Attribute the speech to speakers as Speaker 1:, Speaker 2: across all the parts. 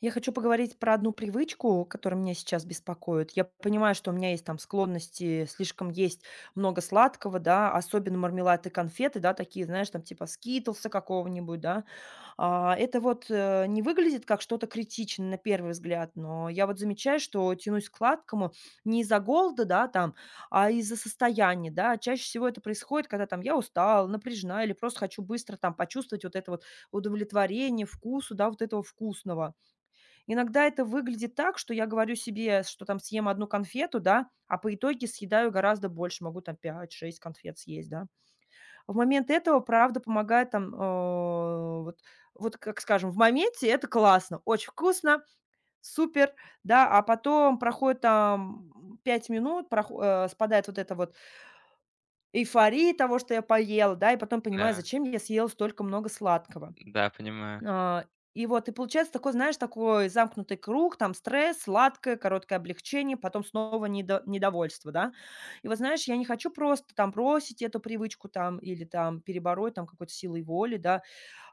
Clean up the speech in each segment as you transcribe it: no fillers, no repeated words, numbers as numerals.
Speaker 1: Я хочу поговорить про одну привычку, которая меня сейчас беспокоит. Я понимаю, что у меня есть там склонности слишком есть много сладкого, да, особенно мармелад и конфеты, да, такие, знаешь, там типа скитлса какого-нибудь, да. А, это вот не выглядит как что-то критичное на первый взгляд, но я вот замечаю, что тянусь к сладкому не из-за голода, да, там, а из-за состояния, да. Чаще всего это происходит, когда там я устала, напряжена или просто хочу быстро там почувствовать вот это вот удовлетворение вкусу, да, вот этого вкусного. Иногда это выглядит так, что я говорю себе, что там съем одну конфету, да, а по итоге съедаю гораздо больше, могу там пять шесть конфет съесть, да. В момент этого, правда, помогает там, вот вот, как скажем, в моменте это классно, очень вкусно, супер, да, а потом проходит там, 5 минут, спадает вот эта вот эйфория того, что я поела, да, и потом понимаю,
Speaker 2: Да,
Speaker 1: зачем я съела столько много сладкого.
Speaker 2: да, понимаю.
Speaker 1: А, и вот, и получается такой, знаешь, такой замкнутый круг, там стресс, сладкое, короткое облегчение, потом снова недовольство, да. И вот, знаешь, я не хочу просто там бросить эту привычку там или там перебороть там какой-то силой воли, да.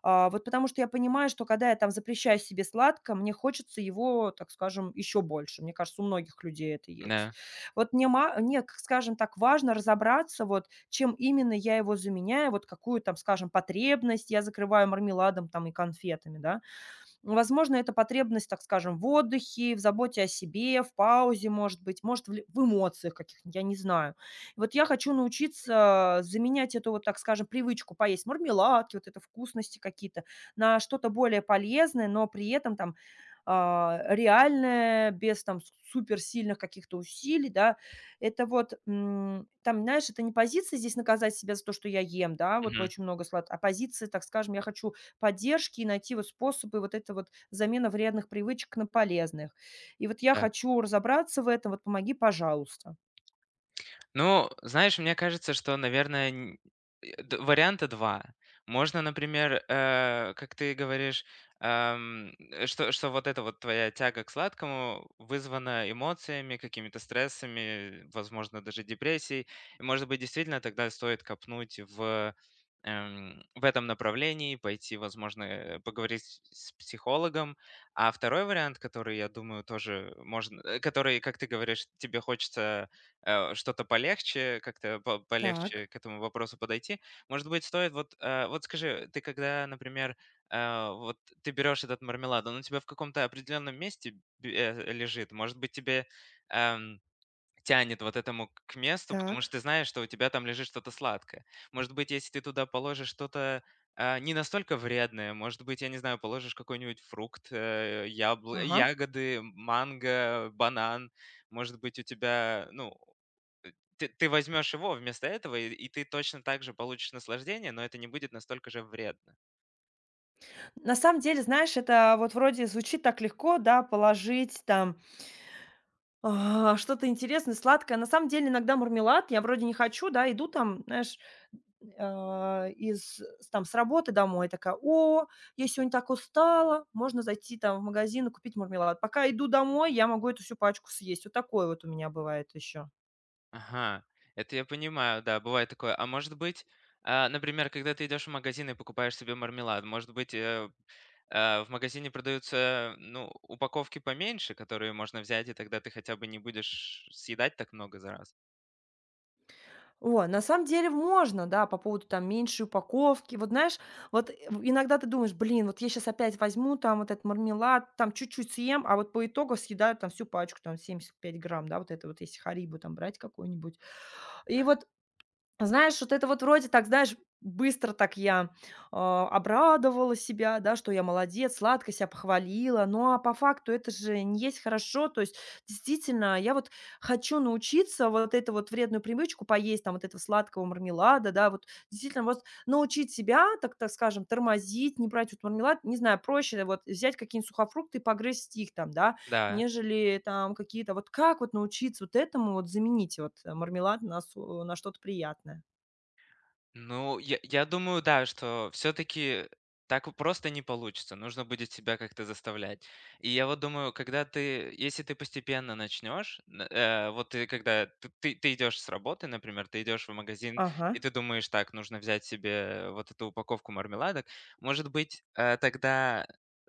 Speaker 1: А, вот потому что я понимаю, что когда я там запрещаю себе сладко, мне хочется его, так скажем, еще больше. Мне кажется, у многих людей это есть.
Speaker 2: Да.
Speaker 1: Вот мне, скажем так, важно разобраться, вот чем именно я его заменяю, вот какую там, скажем, потребность я закрываю мармеладом там и конфетами, да. Возможно, это потребность, так скажем, в отдыхе, в заботе о себе, в паузе, может быть, может, в эмоциях каких-нибудь, я не знаю. Вот я хочу научиться заменять эту вот, так скажем, привычку поесть мармеладки, вот это вкусности какие-то, на что-то более полезное, но при этом там, реальное, без там с суперсильных каких-то усилий, да. Это вот, там, знаешь, это не позиция здесь наказать себя за то, что я ем, да, вот
Speaker 2: Мгм.
Speaker 1: очень много сладкого, а позиция, так скажем, я хочу поддержки и найти вот способы вот это вот замена вредных привычек на полезных. И вот я
Speaker 2: Да.
Speaker 1: хочу разобраться в этом, вот помоги, пожалуйста.
Speaker 2: Ну, знаешь, мне кажется, что, наверное, варианта два. Можно, например, как ты говоришь, что вот эта вот твоя тяга к сладкому вызвана эмоциями, какими-то стрессами, возможно, даже депрессией. И, может быть, действительно тогда стоит копнуть в этом направлении, пойти, возможно, поговорить с психологом. А второй вариант, который, я думаю, тоже можно, который, как ты говоришь, тебе хочется что-то полегче, как-то
Speaker 1: Так,
Speaker 2: полегче к этому вопросу подойти. Может быть, стоит вот, вот скажи, ты когда, например, э, вот ты берешь этот мармелад, он у тебя в каком-то определенном месте лежит, может быть, тебе эм, тянет вот этому к месту, потому что
Speaker 1: так.
Speaker 2: ты знаешь, что у тебя там лежит что-то сладкое. Может быть, если ты туда положишь что-то не настолько вредное, может быть, я не знаю, положишь какой-нибудь фрукт,
Speaker 1: Ага.
Speaker 2: ягоды, манго, банан, может быть, у тебя, ну, ты возьмешь его вместо этого, и ты точно так же получишь наслаждение, но это не будет настолько же вредно.
Speaker 1: На самом деле, знаешь, это вот вроде звучит так легко, да, положить там что-то интересное, сладкое. На самом деле иногда мармелад я вроде не хочу, да, иду там, знаешь, а, из с там с работы домой, такая: "О, я сегодня так устала, можно зайти там в магазин и купить мармелад". Пока иду домой, я могу эту всю пачку съесть. Вот такое вот у меня бывает еще.
Speaker 2: Ага, это я понимаю, да, бывает такое. А может быть, например, когда ты идешь в магазин и покупаешь себе мармелад, может быть, в магазине продаются, ну, упаковки поменьше, которые можно взять, и тогда ты хотя бы не будешь съедать так много за раз?
Speaker 1: О, на самом деле можно, да, по поводу там меньшей упаковки. Вот знаешь, вот, э, в иногда ты думаешь: "Блин, вот я сейчас опять возьму там вот этот мармелад, там чуть-чуть съем", а вот по итогу съедаю там всю пачку, там 75 грамм, да, вот это вот, если харибу там брать какую-нибудь. И вот знаешь, вот это вот вроде так, знаешь, быстро так я, обрадовала себя, да, что я молодец, сладко себя похвалила. Ну, а по факту это же не есть хорошо. То есть, действительно, я вот хочу научиться вот эту вот вредную привычку поесть, там, вот этого сладкого мармелада, да, вот действительно вот научить себя, так скажем, тормозить, не брать вот мармелад, не знаю, проще вот взять какие-нибудь сухофрукты и погрызть их там, да.
Speaker 2: Да.
Speaker 1: Нежели там какие-то вот как вот научиться вот этому вот заменить вот, мармелад на что-то приятное?
Speaker 2: Ну, я думаю, да, что все-таки так вот просто не получится. Нужно будет себя как-то заставлять. И я вот думаю, когда ты, если ты постепенно начнешь, вот ты когда ты идешь с работы, например, ты идешь в магазин,
Speaker 1: Ага,
Speaker 2: и ты думаешь, так, нужно взять себе вот эту упаковку мармеладок, может быть, тогда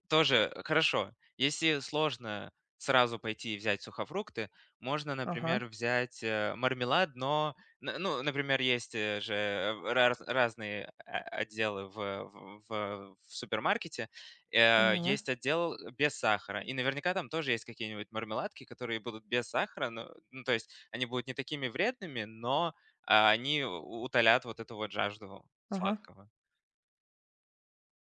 Speaker 2: тоже хорошо. Если сложно сразу пойти и взять сухофрукты, можно,
Speaker 1: ага,
Speaker 2: например, взять мармелад, но Н ну, например, есть, э, же, э, раз разные о отделы в в супермаркете.
Speaker 1: поняла.
Speaker 2: Есть отдел без сахара, и наверняка там тоже есть какие-нибудь мармеладки, которые будут без сахара. Ну, то есть они будут не такими вредными, но, они у утолят вот эту вот жажду
Speaker 1: Ага,
Speaker 2: сладкого.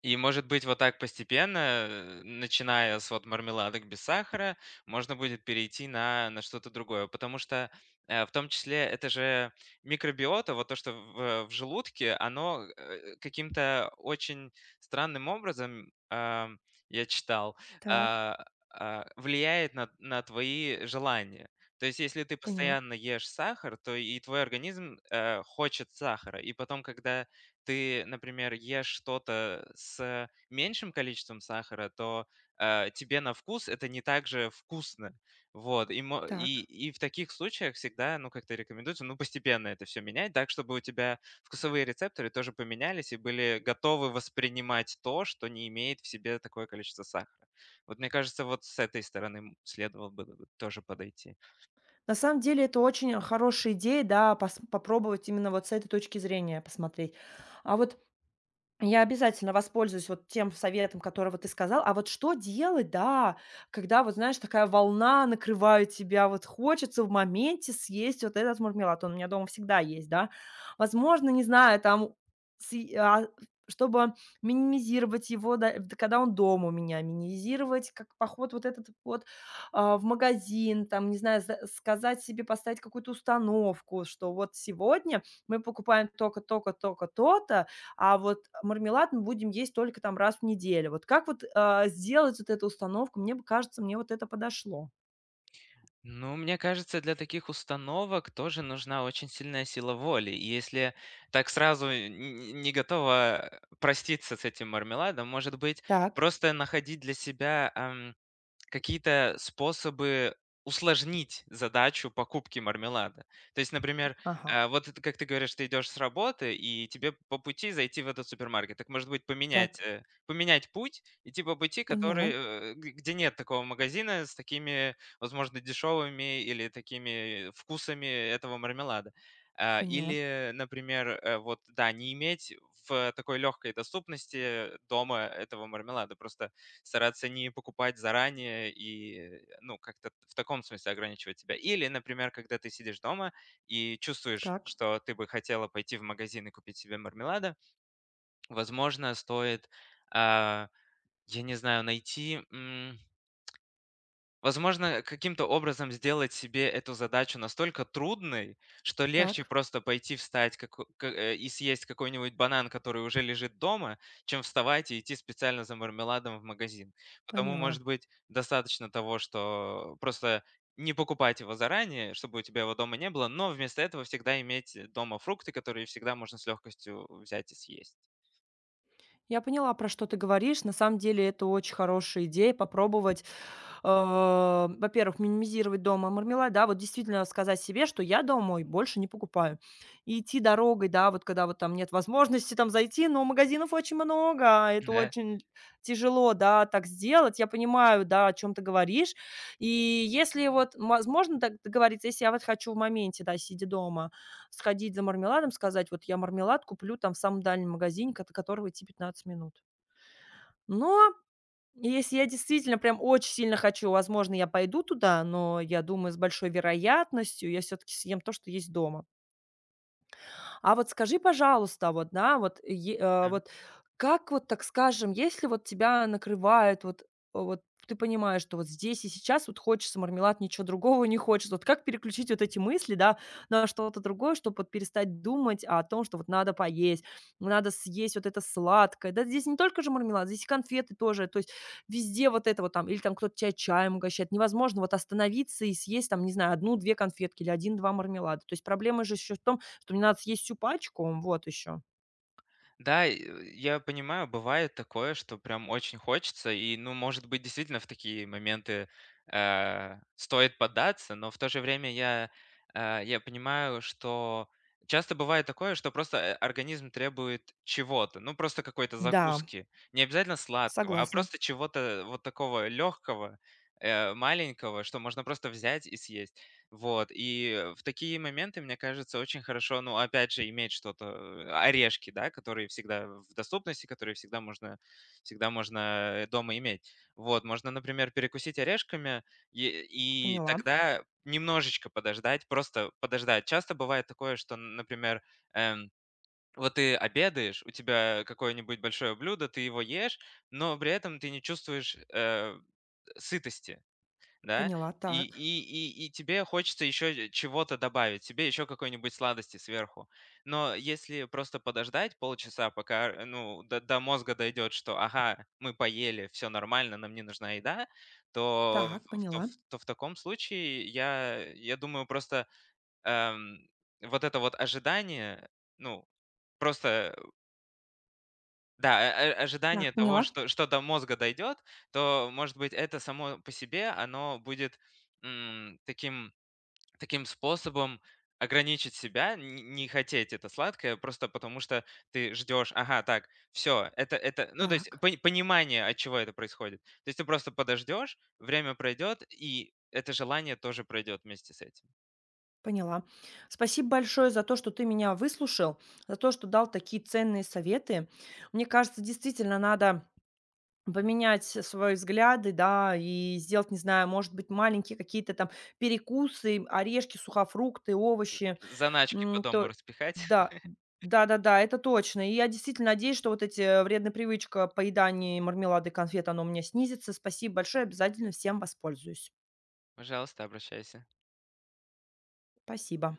Speaker 2: И, может быть, вот так постепенно, начиная с вот мармеладок без сахара, можно будет перейти на что-то другое. Потому что в том числе это же микробиота, вот то, что в желудке, оно каким-то очень странным образом, я читал,
Speaker 1: так,
Speaker 2: а, влияет на твои желания. То есть, если ты
Speaker 1: поняла.
Speaker 2: постоянно ешь сахар, то и твой организм хочет сахара. И потом, когда ты, например, ешь что-то с меньшим количеством сахара, то тебе на вкус это не так же вкусно. Вот. И,
Speaker 1: Так.
Speaker 2: и в таких случаях всегда, ну, как-то рекомендуется, ну, постепенно это все менять, так, чтобы у тебя вкусовые рецепторы тоже поменялись и были готовы воспринимать то, что не имеет в себе такое количество сахара. Вот мне кажется, вот с этой стороны следовало бы тоже подойти.
Speaker 1: На самом деле это очень хорошая идея, да, пос попробовать именно вот с этой точки зрения посмотреть. А вот Я обязательно воспользуюсь вот тем советом, которого ты сказал. А вот что делать, да, когда, вот знаешь, такая волна накрывает тебя, вот хочется в моменте съесть вот этот мармелад. Он у меня дома всегда есть, да. Возможно, не знаю, там, сый- а, чтобы минимизировать его, да, когда он дома у меня, минимизировать как поход вот этот вот в магазин, там, не знаю, сказать себе, поставить какую-то установку, что вот сегодня мы покупаем только-только-только то-то, а вот мармелад мы будем есть только там раз в неделю. Вот как вот, сделать вот эту установку? Мне бы кажется, мне вот это подошло.
Speaker 2: Ну, мне кажется, для таких установок тоже нужна очень сильная сила воли. И если так сразу не готова проститься с этим мармеладом, может быть,
Speaker 1: Так,
Speaker 2: просто находить для себя какие-то способы усложнить задачу покупки мармелада. То есть, например,
Speaker 1: ага,
Speaker 2: вот это, как ты говоришь, ты идешь с работы, и тебе по пути зайти в этот супермаркет. Так, может быть, поменять,
Speaker 1: так,
Speaker 2: поменять путь, идти по пути, который,
Speaker 1: поняла,
Speaker 2: где нет такого магазина с такими, возможно, дешевыми или такими вкусами этого мармелада.
Speaker 1: поняла.
Speaker 2: Или, например, вот, да, не иметь в такой легкой доступности дома этого мармелада. Просто стараться не покупать заранее и, ну, как-то в таком смысле ограничивать себя. Или, например, когда ты сидишь дома и чувствуешь,
Speaker 1: Так,
Speaker 2: что ты бы хотела пойти в магазин и купить себе мармелада, возможно, стоит, а, я не знаю, найти, возможно, каким-то образом сделать себе эту задачу настолько трудной, что легче
Speaker 1: так,
Speaker 2: просто пойти встать и съесть какой-нибудь банан, который уже лежит дома, чем вставать и идти специально за мармеладом в магазин. Потому,
Speaker 1: поняла.
Speaker 2: может быть, достаточно того, что просто не покупать его заранее, чтобы у тебя его дома не было, но вместо этого всегда иметь дома фрукты, которые всегда можно с легкостью взять и съесть.
Speaker 1: Я поняла, про что ты говоришь. На самом деле, это очень хорошая идея- попробовать. А, во-первых, минимизировать дома мармелад, да, вот действительно сказать себе, что я домой больше не покупаю. И идти дорогой, да, вот когда вот там нет возможности там зайти, но магазинов очень много, а это очень тяжело, да, так сделать. Я понимаю, да, о чем ты говоришь. И если вот возможно так договориться, если я вот хочу в моменте, да, сидя дома, сходить за мармеладом, сказать, вот я мармелад куплю там в самом дальнем магазине, от которого идти 15 минут. Но если я действительно прям очень сильно хочу, возможно, я пойду туда, но я думаю, с большой вероятностью я все таки съем то, что есть дома. А вот скажи, пожалуйста, вот, да, вот,
Speaker 2: Да?
Speaker 1: вот как вот, так скажем, если вот тебя накрывает, вот вот ты понимаешь, что вот здесь и сейчас вот хочется мармелад, ничего другого не хочется. Вот как переключить вот эти мысли, да, на что-то другое, чтобы вот перестать думать о том, что вот надо поесть, надо съесть вот это сладкое. Да, здесь не только же мармелад, здесь и конфеты тоже. То есть везде вот это вот там или там кто-то тя чаем угощает. Невозможно вот остановиться и съесть там, не знаю, одну-две конфетки или один-два мармелада. То есть проблема же еще в том, что мне надо съесть всю пачку, вот еще.
Speaker 2: Да, и, я понимаю, бывает такое, что прям очень хочется, и, ну, может быть, действительно в такие моменты стоит поддаться, но в то же время я понимаю, что часто бывает такое, что просто организм требует чего-то, ну, просто какой-то
Speaker 1: Да,
Speaker 2: закуски, не обязательно сладкого, а
Speaker 1: согласна.
Speaker 2: просто чего-то вот такого легкого, маленького, что можно просто взять и съесть. Вот, и в такие моменты, мне кажется, очень хорошо, ну, опять же, иметь что-то, орешки, да, которые всегда в доступности, всегда можно дома иметь. Вот, можно, например, перекусить орешками и
Speaker 1: Поняла.
Speaker 2: тогда немножечко подождать, просто подождать. Часто бывает такое, что, например, эм, вот ты обедаешь, у тебя какое-нибудь большое блюдо, ты его ешь, но при этом ты не чувствуешь сытости. Да?
Speaker 1: Поняла.
Speaker 2: И
Speaker 1: Так.
Speaker 2: и и тебе хочется еще чего-то добавить, тебе еще какой-нибудь сладости сверху. Но если просто подождать полчаса, пока, ну, до мозга дойдет, что, ага, мы поели, все нормально, нам не нужна еда, то
Speaker 1: Так,
Speaker 2: в то в
Speaker 1: поняла.
Speaker 2: то в таком случае я думаю, просто, эм, вот это вот ожидание, ну, просто да,
Speaker 1: Так,
Speaker 2: ожидание того,
Speaker 1: поняла.
Speaker 2: что что до мозга дойдет, то, может быть, это само по себе, оно будет, таким таким способом ограничить себя, н не хотеть это сладкое, просто потому что ты ждешь: "Ага, так, все, это это". Ну, то есть
Speaker 1: Так,
Speaker 2: понимание, от чего это происходит. То есть ты просто подождешь, время пройдет, и это желание тоже пройдет вместе с этим.
Speaker 1: поняла. Спасибо большое за то, что ты меня выслушал, за то, что дал такие ценные советы. Мне кажется, действительно надо поменять свои взгляды, да, и сделать, не знаю, может быть, маленькие какие-то там перекусы, орешки, сухофрукты, овощи.
Speaker 2: Заначки по
Speaker 1: М,
Speaker 2: дому
Speaker 1: то
Speaker 2: распихать,
Speaker 1: Да, да-да-да, это точно. И я действительно надеюсь, что вот эти, вредная привычка поедания мармелада и конфет, она у меня снизится. Спасибо большое, обязательно всем воспользуюсь.
Speaker 2: пожалуйста, обращайся.
Speaker 1: Спасибо.